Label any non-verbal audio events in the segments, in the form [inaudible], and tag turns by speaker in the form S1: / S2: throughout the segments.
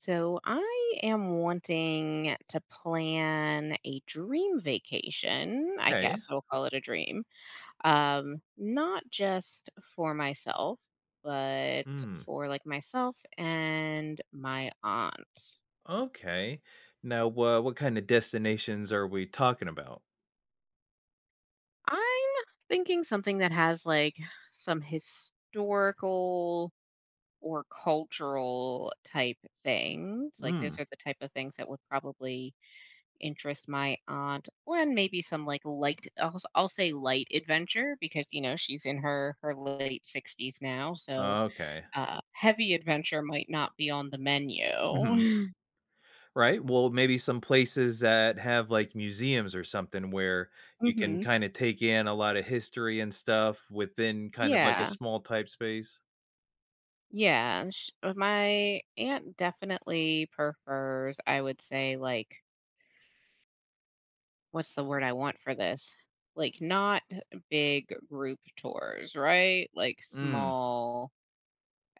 S1: So I am wanting to plan a dream vacation. I
S2: Okay.
S1: guess we'll call it a dream. Not just for myself, but
S2: Mm.
S1: for like myself and my aunt.
S2: Okay. Now, what kind of destinations are we talking about?
S1: I'm thinking something that has like some historical or cultural type things. Like
S2: Mm.
S1: those are the type of things that would probably interest my aunt and maybe some like light I'll say light adventure because you know she's in her late 60s now so
S2: Okay.
S1: heavy adventure might not be on the menu
S2: Hmm. Right. Well, maybe some places that have like museums or something where
S1: [laughs]
S2: you can
S1: hmm
S2: kind of take in a lot of history and stuff within kind of like a
S1: yeah,
S2: small type space.
S1: yeah, my aunt definitely prefers I would say like what's the word I want for this like not big group tours, right, like
S2: Mm.
S1: small.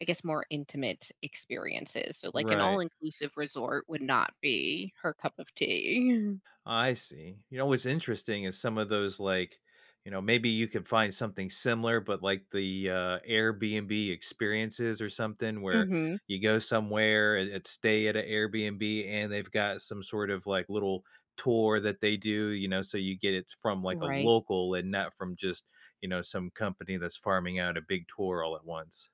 S1: I guess more intimate experiences. So, like, an
S2: Right.
S1: all-inclusive resort would not be her cup of tea. [laughs]
S2: I see. You know, what's interesting is some of those like, you know, maybe you could find something similar, but like the Airbnb experiences or something where
S1: Mhm.
S2: you go somewhere and, stay at an Airbnb and they've got some sort of like little tour that they do, you know, so you get it from like a
S1: Right.
S2: local and not from just, you know, some company that's farming out a big tour all at once.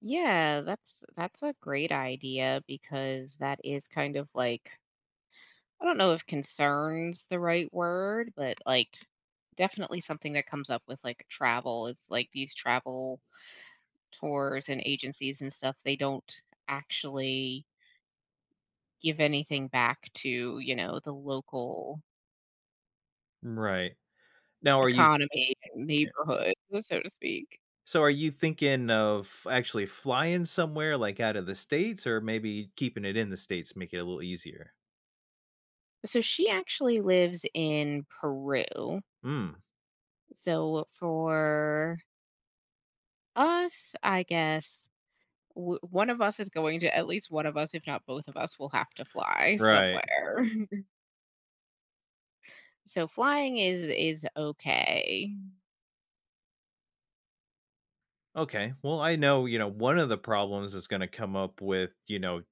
S1: Yeah, that's a great idea because that is kind of like, I don't know if concern's the right word, but, like, definitely something that comes up with, like, travel. It's like these travel tours and agencies and stuff, they don't actually give anything back to, you know, the local
S2: Right. Now, are you?
S1: economy and neighborhood, so to speak.
S2: So are you thinking of actually flying somewhere, like, out of the States or maybe keeping it in the States, make it a little easier?
S1: So she actually lives in Peru.
S2: Mm,
S1: So for us, I guess w- one of us is going to at least one of us, if not both of us, will have to fly
S2: right.
S1: somewhere. [laughs] So flying is okay.
S2: Okay. Well, I know, you know, one of the problems that's going to come up with, you know,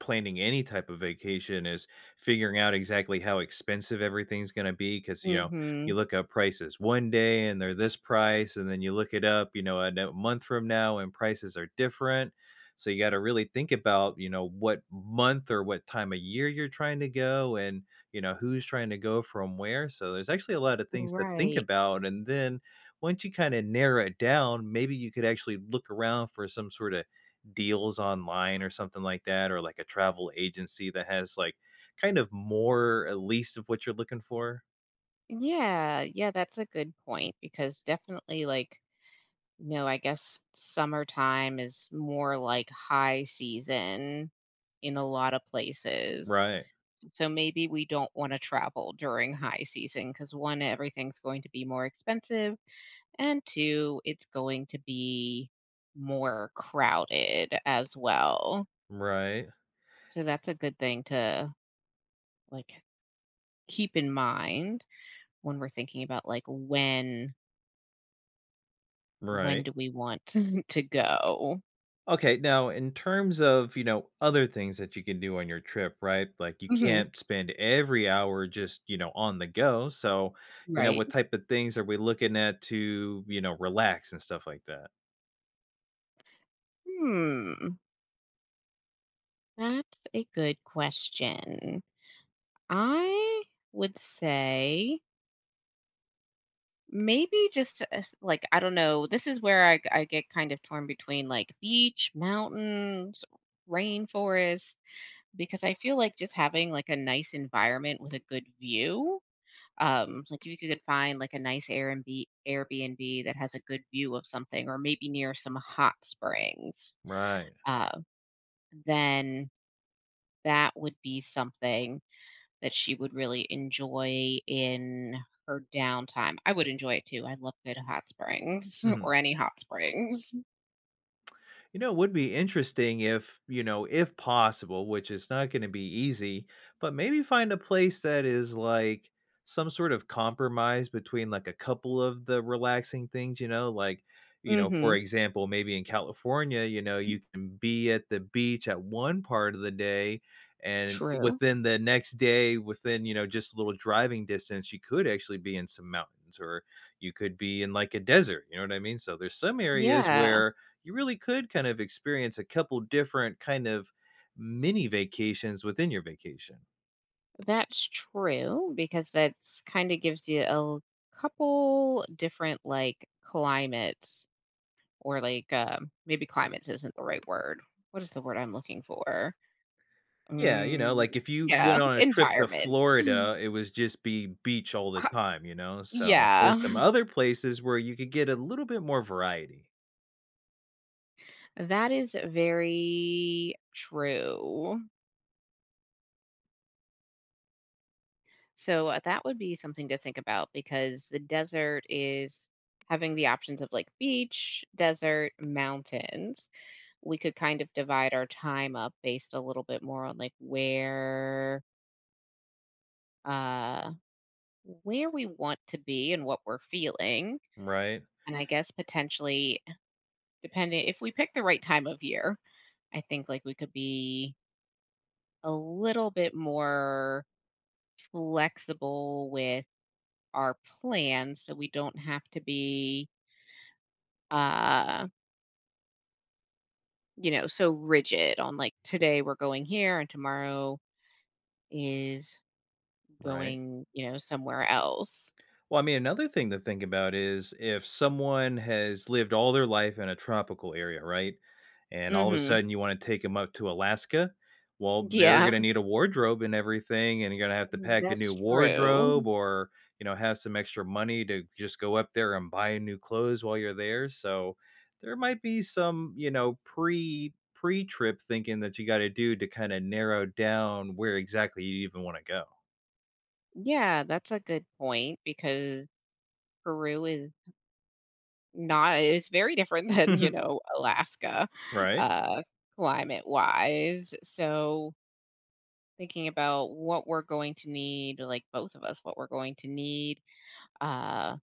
S2: planning any type of vacation is figuring out exactly how expensive everything's going to be because, you know,
S1: Mhm.
S2: you look up prices one day and they're this price, and then you look it up, you know, a no- month from now and prices are different. So you got to really think about, you know, what month or what time of year you're trying to go and, you know, who's trying to go from where. So there's actually a lot of things to think
S1: Right.
S2: about. And then, once you kinda narrow it down, maybe you could actually look around for some sorta deals online or something like that, or like a travel agency that has, like, kind of more at least of what you're looking for.
S1: Yeah, yeah, that's a good point because definitely like, no, I guess summertime is more like high season in a lot of places.
S2: Right.
S1: So maybe we don't want to travel during high season because one, everything's going to be more expensive, and two, it's going to be more crowded as well.
S2: Right.
S1: So that's a good thing to like keep in mind when we're thinking about like when
S2: Right.
S1: do we want [laughs] to go?
S2: Okay, now in terms of, you know, other things that you can do on your trip, right? Like, you
S1: Hmm
S2: can't spend every hour just, you know, on the go, so, you know,
S1: right.
S2: what type of things are we looking at to, you know, relax and stuff like that?
S1: Hmm. That's a good question. I would say maybe just like I don't know. This is where I get kind of torn between like beach, mountains, rainforest, because I feel like just having like a nice environment with a good view. Like if you could find like a nice Airbnb that has a good view of something, or maybe near some hot springs,
S2: Right.
S1: uh, then that would be something that she would really enjoy in her downtime. I would enjoy it too. I love good hot springs [laughs]
S2: Mhm.
S1: or any hot springs.
S2: You know, it would be interesting if, you know, if possible, which is not going to be easy, but maybe find a place that is like some sort of compromise between like a couple of the relaxing things, you know, like, you know, for
S1: Mhm.
S2: example, maybe in California, you know, you can be at the beach at one part of the day and
S1: True.
S2: within the next day within you know just a little driving distance you could actually be in some mountains or you could be in like a desert you know what I mean so there's some areas
S1: Yeah,
S2: where you really could kind of experience a couple different kind of mini vacations within your vacation.
S1: that's true because that's kinda gives you a couple different, like, climates or, like, maybe climates isn't the right word. What is the word I'm looking for?
S2: Yeah, you know,
S1: Mm,
S2: like if you went
S1: yeah,
S2: on a trip to
S1: environment.
S2: Florida,
S1: [laughs]
S2: it was just be beach all the
S1: Uh,
S2: time, you know? So
S1: yeah.
S2: there's some
S1: [laughs]
S2: other places where you could get a little bit more variety.
S1: That is very true. So that would be something to think about because the desert is having the options of like beach, desert, mountains. We could kind of divide our time up based a little bit more on like uh where we want to be and what we're feeling.
S2: Right.
S1: And I guess potentially depending if we pick the right time of year, I think like we could be a little bit more flexible with our plan so we don't have to be uh you know so rigid on like today we're going here and tomorrow is
S2: Right.
S1: going you know somewhere else.
S2: Well, I mean, another thing to think about is if someone has lived all their life in a tropical area, right? And all of a
S1: Mhm.
S2: sudden you want to take them up to Alaska. Well, they're going
S1: Yeah.
S2: to need a wardrobe and everything, and you're going to have to
S1: Mhm,
S2: pack a new
S1: that's
S2: wardrobe
S1: true.
S2: or, you know, have some extra money to just go up there and buy new clothes while you're there. So there might be some, you know, pre trip thinking that you got to do to kind of narrow down where exactly you even want to go.
S1: Yeah, that's a good point because Peru is not, it's very different [laughs] than you know Alaska,
S2: [laughs] Right?
S1: uh climate wise, so thinking about what we're going to need like both of us, what we're going to need, uh,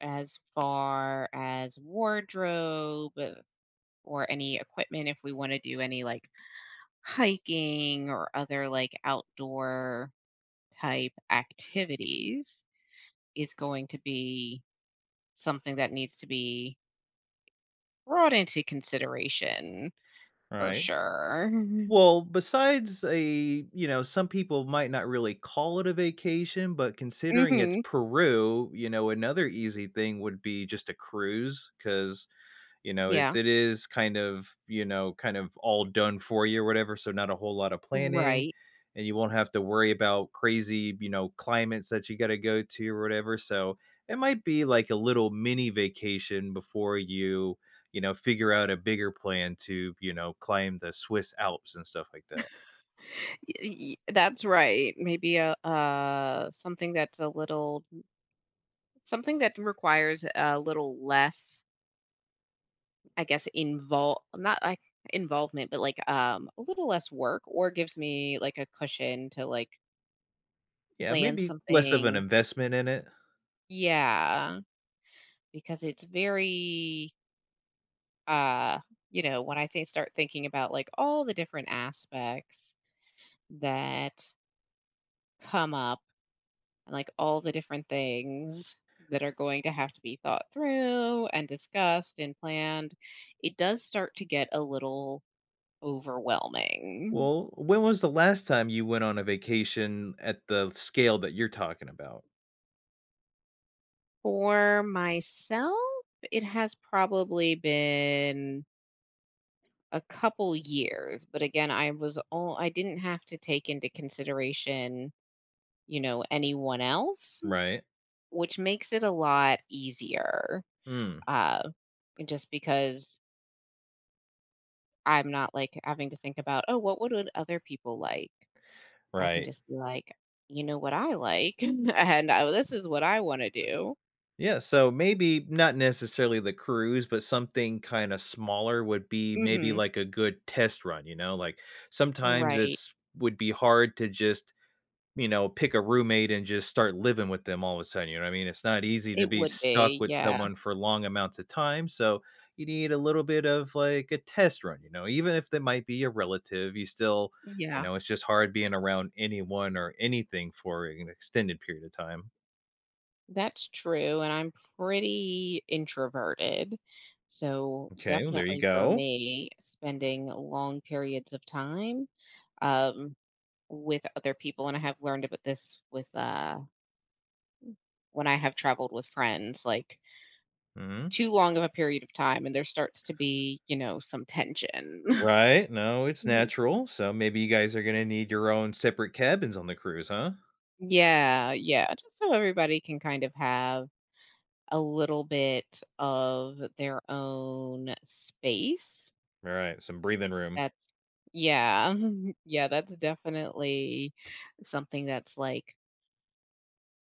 S1: as far as wardrobe, or any equipment if we want to do any like hiking or other like outdoor type activities is going to be something that needs to be brought into consideration for
S2: Right.
S1: sure.
S2: Well, besides a you know, some people might not really call it a vacation, but considering it's
S1: hmm
S2: Peru, you know, another easy thing would be just a cruise, because. You know, it's
S1: Yeah.
S2: it is kind of, you know, kind of all done for you or whatever, so not a whole lot of planning,
S1: Right.
S2: and you won't have to worry about crazy, you know, climates that you gotta go to or whatever, so it might be like a little mini vacation before you, you know, figure out a bigger plan to, you know, climb the Swiss Alps and stuff like that.
S1: Y- That's right. Maybe a something that's a little, something that requires a little less, I guess, involve not like involvement, but like a little less work, or gives me like a cushion to like
S2: Yeah,
S1: plan
S2: maybe less of an
S1: something.
S2: investment in it.
S1: Yeah, because it's very uh you know, when I think start thinking about like all the different aspects that come up and like all the different things that are going to have to be thought through and discussed and planned, it does start to get a little overwhelming.
S2: Well, when was the last time you went on a vacation at the scale that you're talking about?
S1: For myself, it has probably been a couple years, but again, I was all I didn't have to take into consideration, you know, anyone else,
S2: Right?
S1: which makes it a lot easier.
S2: Mm,
S1: Uh, just because I'm not like having to think about, oh, what would other people like? I can
S2: right.
S1: just be like, you know what I like, [laughs] and this is what I want to do.
S2: Yeah, so maybe not necessarily the cruise, but something kinda smaller would be maybe
S1: Hmm
S2: like a good test run, you know, like, sometimes
S1: Right.
S2: it's would be hard to just, you know, pick a roommate and just start living with them all of a sudden, you know what I mean? It's not easy to
S1: It
S2: be
S1: would
S2: stuck
S1: be.
S2: with
S1: Yeah.
S2: someone for long amounts of time, so you need a little bit of, like, a test run, you know, even if they might be a relative, you still you
S1: Yeah.
S2: know, it's just hard being around anyone or anything for an extended period of time.
S1: That's true, and I'm pretty introverted. So
S2: Okay, well, there you
S1: definitely for
S2: go.
S1: me, spending long periods of time um, with other people, and I have learned about this with when I have traveled with friends, like
S2: Mhm.
S1: too long of a period of time, and there starts to be, you know, some tension. [laughs]
S2: Right, no, it's
S1: Mhm.
S2: natural, so maybe you guys are gonna need your own separate cabins on the cruise, huh?
S1: Yeah, yeah, just so everybody can kind of have a little bit of their own space.
S2: Alright, some breathing room.
S1: That's yeah. [laughs] Yeah, that's definitely something that's, like,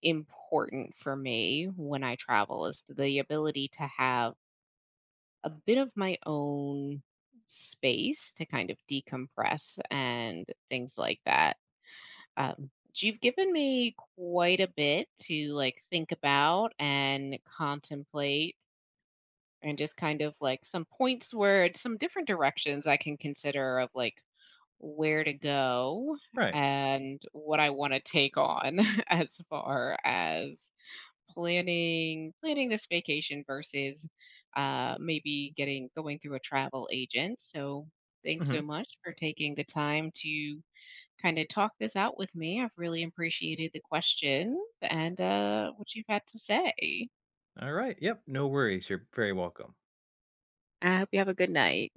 S1: important for me when I travel is the ability to have a bit of my own space to kind of decompress and things like that. You've given me quite a bit to, like, think about and contemplate, and just kind of, like, some points where some different directions I can consider of, like, where to go
S2: Right,
S1: and what I wanna take on [laughs] as far as planning this vacation versus, maybe getting going through a travel agent, so thanks
S2: mhm,
S1: so much for taking the time to kinda talk this out with me. I've really appreciated the questions and, what you've had to say.
S2: alright, yep, no worries, you're very welcome.
S1: I hope you have a good night.